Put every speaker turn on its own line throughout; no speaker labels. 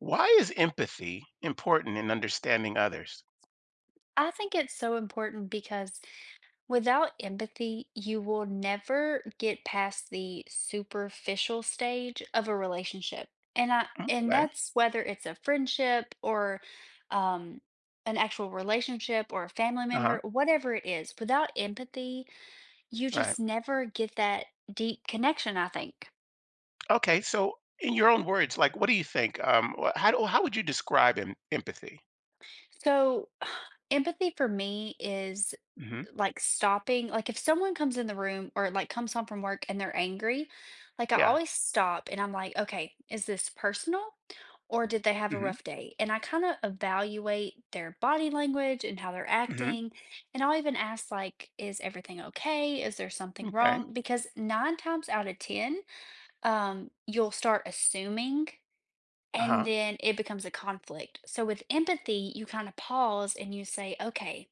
Why is empathy important in understanding others?
I think it's so important because without empathy, you will never get past the superficial stage of a relationship. And
Right.
that's whether it's a friendship or um an actual relationship or a family
Uh-huh.
member, whatever it is. Without empathy, you
Right.
just never get that deep connection, I think.
Okay. So, in your own words, what do you think? How would you describe empathy?
So, empathy for me is
hmm
like stopping, like if someone comes in the room or like comes home from work and they're angry, like I
Yeah.
always stop and I'm like, okay, is this personal or did they have a
hmm
rough day? And I kind of evaluate their body language and how they're
hmm
acting. And I'll even ask, like, is everything okay? Is there something
Okay.
wrong? Because nine times out of 10, you'll start assuming
Uh
and
huh.
then it becomes a conflict. So with empathy, you kind of pause and you say, okay,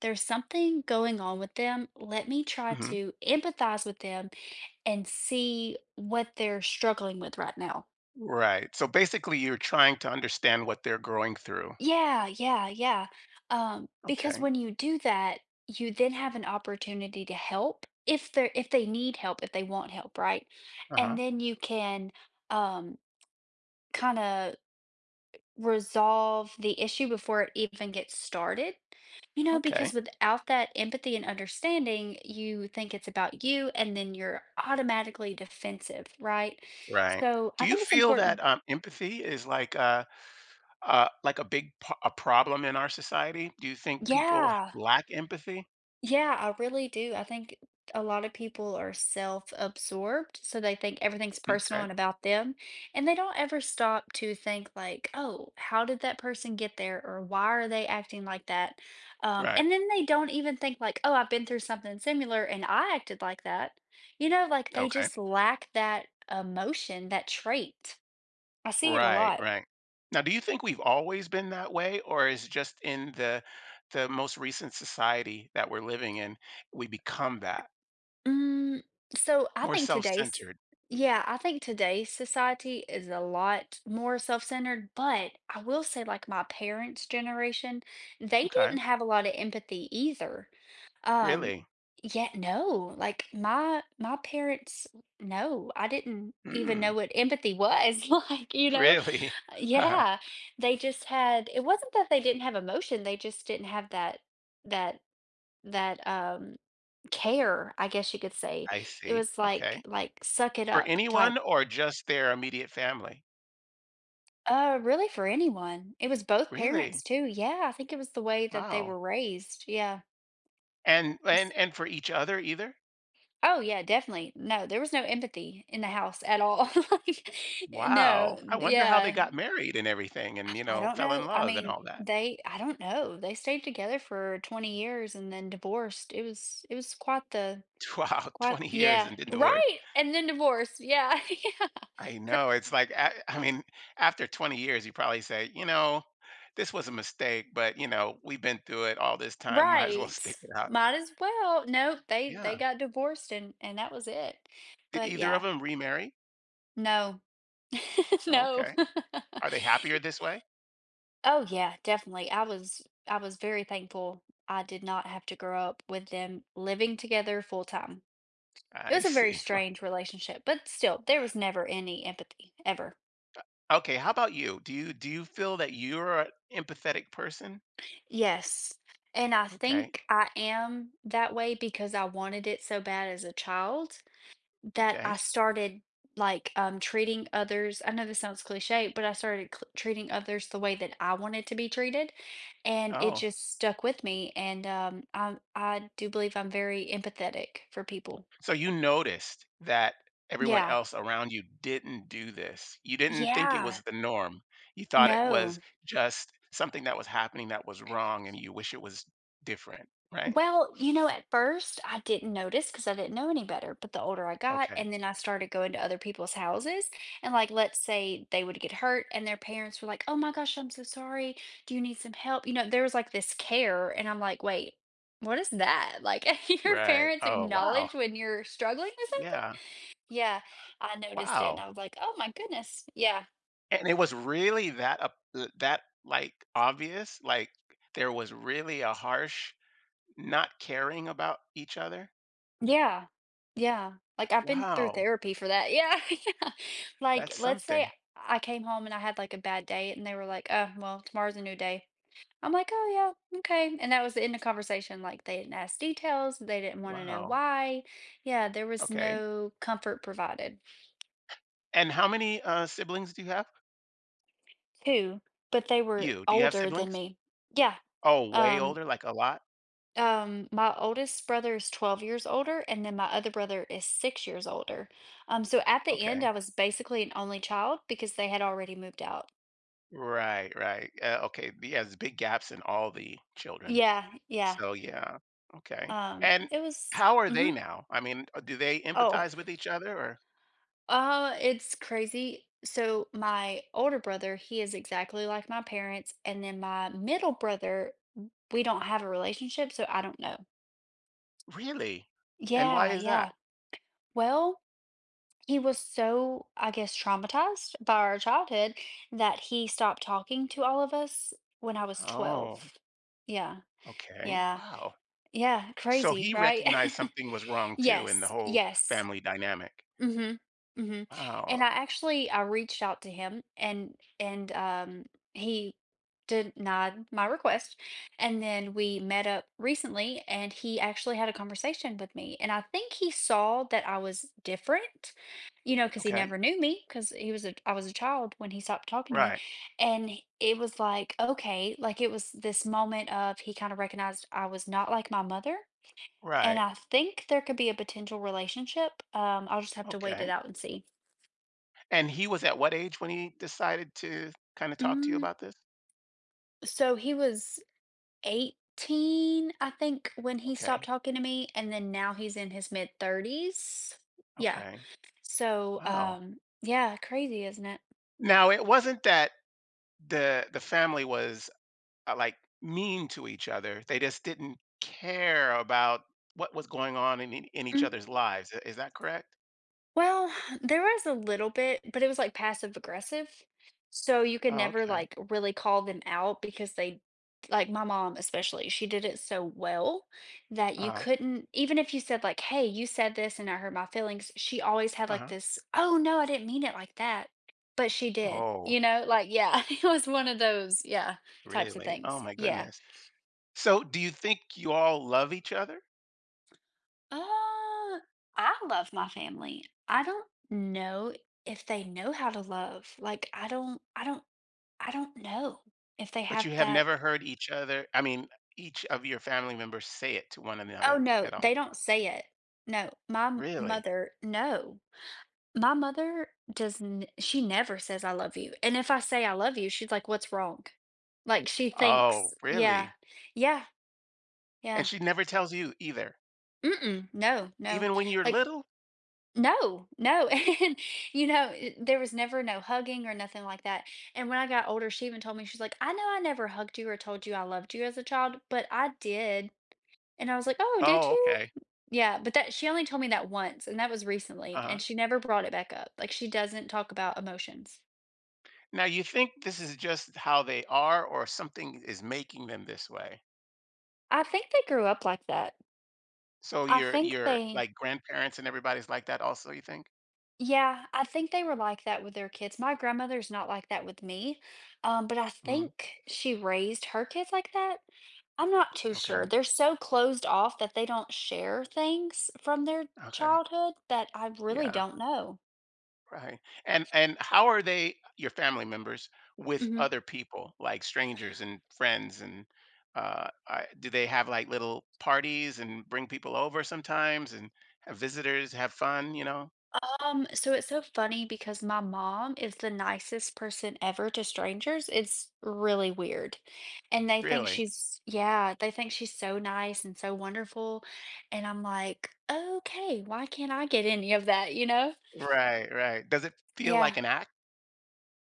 there's something going on with them. Let me try
hmm
to empathize with them and see what they're struggling with right now.
Right. So basically, you're trying to understand what they're going through.
Yeah, yeah, yeah. Because
Okay.
when you do that, you then have an opportunity to help if they need help, if they want help, right?
Uh
And
huh.
then you can um kind of resolve the issue before it even gets started. You know, because
Okay.
without that empathy and understanding, you think it's about you and then you're automatically defensive, right?
Right.
So I
Do you
think it's
feel that
important.
empathy is like a a problem in our society? Do you think people
Yeah.
lack empathy?
Yeah, I really do. I think a lot of people are self-absorbed, so they think everything's personal
Okay.
and about them, and they don't ever stop to think like, "Oh, how did that person get there?" or "Why are they acting like that?" Um,
Right.
and then they don't even think like, "Oh, I've been through something similar and I acted like that." You know, like they
Okay.
just lack that emotion, that trait. I see it a
Right,
lot.
right. Now, do you think we've always been that way, or is just in the most recent society that we're living in, we become that
Mm, so I
more
think today's
self-centered?
Yeah, I think today's society is a lot more self-centered, but I will say like my parents' generation, they didn't
Okay,
have a lot of empathy either. Um,
really?
Yet no, like my parents, no, I didn't even know
Mm,
what empathy was. Like,
really? I
yeah, they just it wasn't that they didn't have emotion, they just didn't have that that that um care, I guess you could say. It
see.
was like
Okay.
like suck it
For
up type.
anyone or just their immediate family?
Really for anyone. It was both parents
Really?
too. Yeah, I think it was the way that they
Wow.
were raised. Yeah.
And and
It's-
and for each other either?
Oh yeah, definitely. No, there was no empathy in the house at all. Like, no,
Wow. I wonder how they
yeah.
got married and everything,
I
and you
I
know,
don't
fell
know.
in
I
love and
mean,
all that.
they I don't know. They stayed together for 20 years and then divorced. It was quite the
Wow,
quite,
20 years
yeah,
and didn't divorce.
right. And then divorced. Yeah. Yeah.
I know. It's like, I mean, after 20 years, you probably say, you know, this was a mistake, but, you know, we've been through it all this time. Might as well
Right.
stick it out.
Might as well. Nope, they
Yeah.
got divorced and that was it.
Did
But
either of
yeah,
them remarry?
no. No.
Okay. Are they happier this way?
Oh yeah, definitely. I was very thankful I did not have to grow up with them living together full time. It
I
was a very
see.
strange relationship, but still, there was never any empathy ever.
Okay. How about you? Do you feel that you're an empathetic person?
Yes. And I
Okay.
think I am that way because I wanted it so bad as a child. That
Okay.
I started, like, treating others I know this sounds cliche, but I started cl treating others the way that I wanted to be treated, and it
Oh,
just stuck with me, and, I do believe I'm very empathetic for people.
so you noticed that everyone
Yeah.
else around you didn't do this. You didn't think it
Yeah.
was the norm. You thought it
No.
was just something that was happening that was wrong and you wish it was different, right?
Well, at first I didn't notice because I didn't know any better. But the older I got,
Okay.
and then I started going to other people's houses, and like, let's say they would get hurt, and their parents were like, "Oh my gosh, I'm so sorry. Do you need some help?" There was like this care, and I'm like, "Wait, what is that?" Like, your
Right.
parents
Oh, wow.
acknowledge when you're struggling with
Yeah.
something? Yeah, I noticed it, and
Wow.
I was like, "Oh my goodness, yeah."
And it was really that up that like obvious, like there was really a harsh not caring about each other.
Yeah. Yeah. Like, I've been through
Wow.
therapy for that. Yeah, yeah. Like,
That's
let's say
something.
I came home and I had, like, a bad day, and they were like, "Oh, well, tomorrow's a new day." I'm like, "Oh, yeah, okay." And that was the end of conversation. Like, they didn't ask details. They didn't wanna know
Wow.
why. Yeah, there was
Okay.
no comfort provided.
And how many siblings do you have?
2, but they were
You do you have
older than
siblings?
me. Yeah,
Oh, way
um
older, like a lot?
My oldest brother is 12 years older, and then my other brother is 6 years older. So at the end, I
Okay.
was basically an only child because they had already moved out.
Right, right. Okay, yeah, there's big gaps in all the children.
Yeah, yeah.
So, yeah, okay. And
It was,
how are they
mhm.
now? I mean, do they
Oh,
empathize with each other or
it's crazy. So my older brother, he is exactly like my parents, and then my middle brother, we don't have a relationship, so I don't know.
Really? And why
Yeah,
is
yeah.
that?
Well, he was so, I guess, traumatized by our childhood that he stopped talking to all of us when I was 12.
Oh,
Yeah,
okay.
yeah,
Wow.
yeah,
So
crazy,
he
right?
recognized something was wrong too in the
Yes,
whole
yes.
family dynamic.
Mhm, mhm, and I
Wow.
actually I reached out to him and he denied my request, and then we met up recently, and he actually had a conversation with me, and I think he saw that I was different, because he
Okay.
never knew me because he was a I was a child when he stopped talking to me,
Right.
and h it was like, okay, like, it was this moment of he kinda recognized I was not like my mother. And
Right.
I think there could be a potential relationship. I'll just have to wait it
Okay.
out and see.
And he was at what age when he decided to kind of talk to you
Mm,
about this?
so he was 18, I think, when he stopped
Okay,
talking to me, and then now he's in his mid 30s. Yeah.
okay.
So,
Wow.
yeah, crazy, isn't it?
Now it wasn't that the family was, like, mean to each other, they just didn't care about what was going on in each
Mm.
other's lives, I is that correct?
Well, there was a little bit, but it was like passive aggressive. So you could
Oh,
never
okay.
like really call them out because they, like my mom especially, she did it so well that you
Uh-huh,
couldn't, even if you said like, hey, you said this and I hurt my feelings, she always had like
uh-huh.
this, oh no, I didn't mean it like that. But she did,
Oh,
like, yeah, it was one of those, yeah, types of
really? Oh
things.
my
Yeah.
goodness. So, do you think you all love each other,
Uh, I love my family. I don't know if they know how to love. Like I don't know if they
but
have
you have
that.
never heard each other I mean, each of your family members say it to one
Oh
another
no,
at all?
they don't say it. No, my
Really?
mother, no. My mother does n she never says I love you. And if I say I love you, she's like, "What's wrong?" Like she
Oh,
thinks, yeah.
really?
Yeah.
And
Yeah.
she never tells you either?
Mm-mm, no, no.
Even when you're
Like
little?
No, no, and, there was never no hugging or nothing like that, and when I got older, she even told me, she's like, "I know I never hugged you or told you I loved you as a child, but I did," and I was like, "Oh, did
Oh,
you?"
okay.
Yeah, but that she only told me that once, and that was recently,
Uh-huh.
and she never brought it back up, like, she doesn't talk about emotions.
Now, you think this is just how they are or something is making them this way?
I think they grew up like that.
So
I
your
think
your,
they
like, grandparents and everybody's like that also, you think?
Yeah, I think they were like that with their kids. My grandmother's not like that with me, but I
Mhm.
think she raised her kids like that. I'm not too sure.
Okay,
They're so closed off that they don't share things from their
okay.
childhood that I really
Yeah,
don't know.
right. And how are they your family members with
Mhm.
other people, like strangers and friends and, do they have, like, little parties and bring people over sometimes and have visitors, have fun, you know?
So it's so funny because my mom is the nicest person ever to strangers. It's really weird. And
Really?
they think she's so nice and so wonderful. And I'm like, okay, why can't I get any of that, you know?
Right, right. Does it feel
Yeah.
like an act?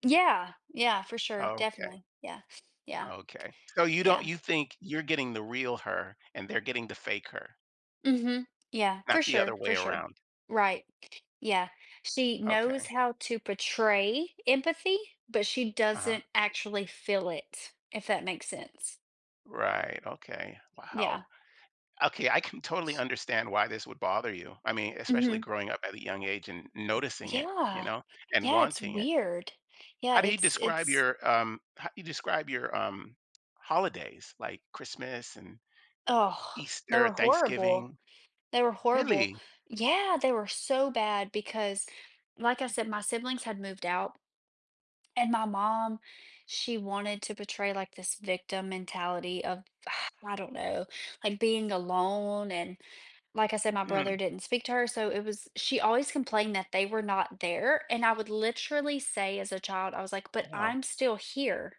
Yeah. Yeah, for sure.
Okay,
Definitely. Yeah. Yeah.
okay. So you don't
Yeah.
you think you're getting the real her and they're getting the fake her,
Mhm. Yeah, for
not the
sure,
other
for
way
sure.
around.
Right. Yeah. She knows
Okay.
how to portray empathy, but she
Uh-huh.
doesn't actually feel it, if that makes sense.
Right. Okay. Wow.
Yeah.
Okay, I can totally understand why this would bother you. I mean, especially
Mhm.
growing up at a young age and noticing it, you
Yeah.
know, and
Yeah, it's
wanting it.
weird. Yeah,
How do you describe
it's
your how do you describe your holidays like Christmas and
oh, they
Easter,
were horrible.
Thanksgiving?
They were horrible.
Really?
Yeah, they were so bad because like I said, my siblings had moved out. And my mom, she wanted to portray like this victim mentality of, I don't know, like being alone. And like I said, my brother
Hmm.
didn't speak to her. So she always complained that they were not there. And I would literally say as a child, I was like, but
Wow.
I'm still here.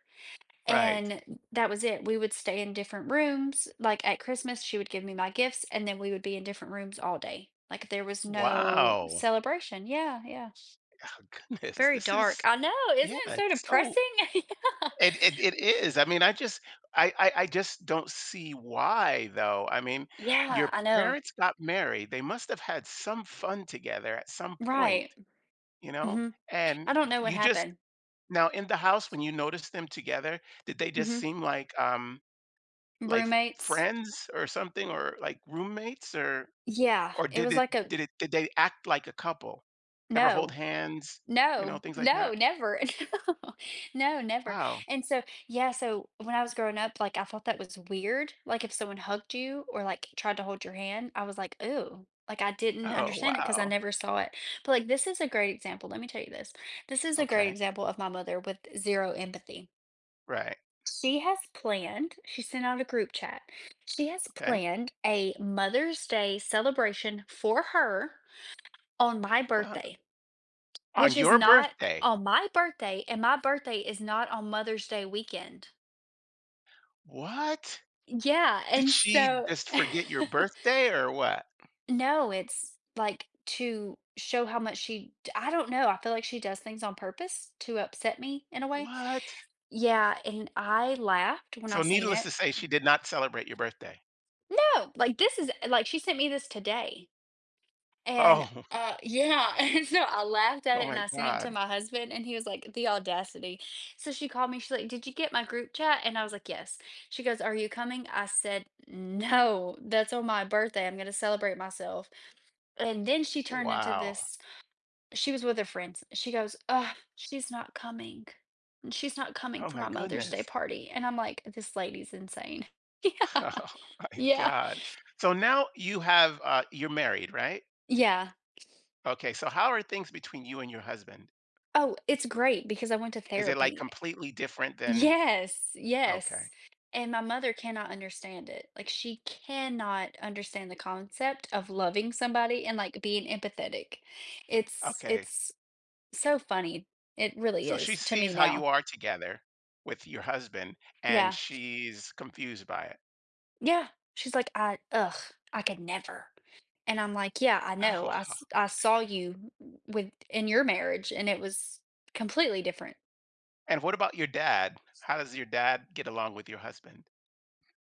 Right.
And that was it. We would stay in different rooms. Like at Christmas, she would give me my gifts, and then we would be in different rooms all day. Like there was no
Wow.
celebration. Yeah. Yeah.
Goodness,
Very
this
dark.
is
I know, isn't
yeah,
it so
it's so
depressing?
it is. I mean, I just I just don't see why though. I mean,
Yeah. Yeah,
your
I know.
parents got married. They must have had some fun together at some point,
Right.
you know?
Mhm.
And
I don't know what
you just
happened.
now in the house when you noticed them together, did they just
Mhm.
seem like
Roommates.
friends or something or like roommates or
Yeah, it was like a
did they act like a couple? Ever hold
no.
hands, you know,
No,
things like
no,
that?
never. No, no, never.
Oh!
And so, yeah, so when I was growing up, like I thought that was weird. Like if someone hugged you or like tried to hold your hand, I was like, ooh, like I didn't
Oh,
understand it because I
wow.
never saw it. But like this is a great example. Let me tell you this. This is a great
Okay.
example of my mother with zero empathy.
Right.
She has planned, she sent out a group chat. She has
Okay.
planned a Mother's Day celebration for her on my
What?
birthday.
On
Which is
your
not
birthday?
on my birthday, and my birthday is not on Mother's Day weekend.
What?
Yeah,
Did
and
she
so
just forget your birthday or what?
No, it's, like, to show how much she d I don't know, I feel like she does things on purpose to upset me in a way.
What?
Yeah, and I laughed when I
So
seen
needless
it.
to say, she did not celebrate your birthday.
No, like, this is like, she sent me this today. And,
Oh,
yeah, and so I laughed at
oh
it and
my
I sent it to
God.
my husband and he was like, "The audacity." So she called me, she's like, "Did you get my group chat?" And I was like, "Yes." She goes, "Are you coming?" I said, "No, that's on my birthday. I'm gonna celebrate myself." And then she turned into
Wow.
this, she was with her friends. She goes, "Ugh, she's not coming. She's not coming
Oh
for
my
my Mother's Day
goodness.
party." And I'm like, "This lady's insane." Yeah.
Oh my
Yeah.
God. So now you have you're married, right?
Yeah.
Okay. So how are things between you and your husband?
Oh, it's great because I went to
Is it like
therapy
completely different than
Yes, yes.
okay.
And my mother cannot understand it. Like she cannot understand the concept of loving somebody and like being empathetic. It's
Okay.
it's so funny. It really
So she
is to me
sees how you
now.
are together with your husband, and
Yeah.
she's confused by it.
Yeah. She's like, I could never. And I'm like, yeah, I know.
Oh,
I saw you with in your marriage and it was completely different.
and what about your dad? How does your dad get along with your husband?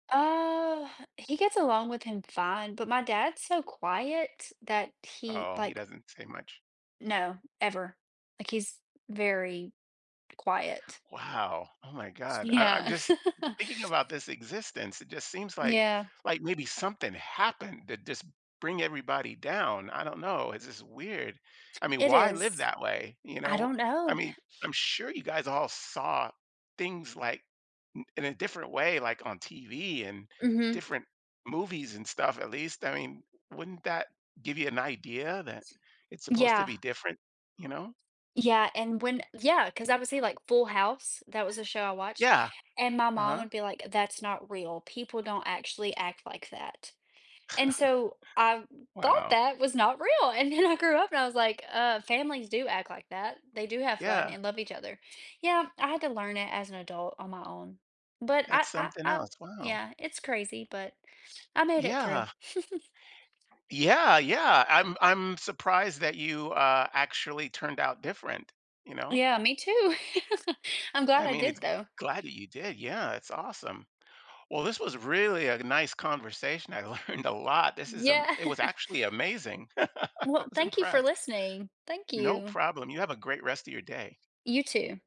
Uh, he gets along with him fine, but my dad's so quiet that he
Oh, he
like
doesn't say much.
No, ever. Like, he's very quiet.
Wow. Oh my God. I'm
Yeah.
just thinking about this existence. It just seems
Yeah,
like maybe something happened to just bring everybody down. I don't know. It's just weird. I mean,
it
why live
is.
that way? You
I
know,
don't
I
know.
mean, I'm sure you guys all saw things like in a different way, like on TV and
Mhm.
different movies and stuff, at least. I mean, wouldn't that give you an idea that it's supposed to
Yeah,
be different? You know?
yeah, 'cause I would say, like, Full House, that was a show I watched,
Yeah.
and my
Uh
mom
huh.
would be like, "That's not real. People don't actually act like that." And so I thought
Wow.
that was not real, and then I grew up and I was like, families do act like that. They do have fun
Yeah.
and love each other." Yeah, I had to learn it as an adult on my own. But
That's something else. Wow.
it's crazy, but I made it through.
Yeah. Yeah. Yeah. I'm surprised that you actually turned out different, you know?
Yeah, me too. I'm glad
I
I
mean,
did
it's
though.
glad that you did. Yeah, it's awesome. Well, this was really a nice conversation. I learned a lot. This is
Yeah.
it was actually amazing. I
Well,
was
thank you for
impressed.
listening. Thank
No
you.
problem. You have a great rest of your day.
You too.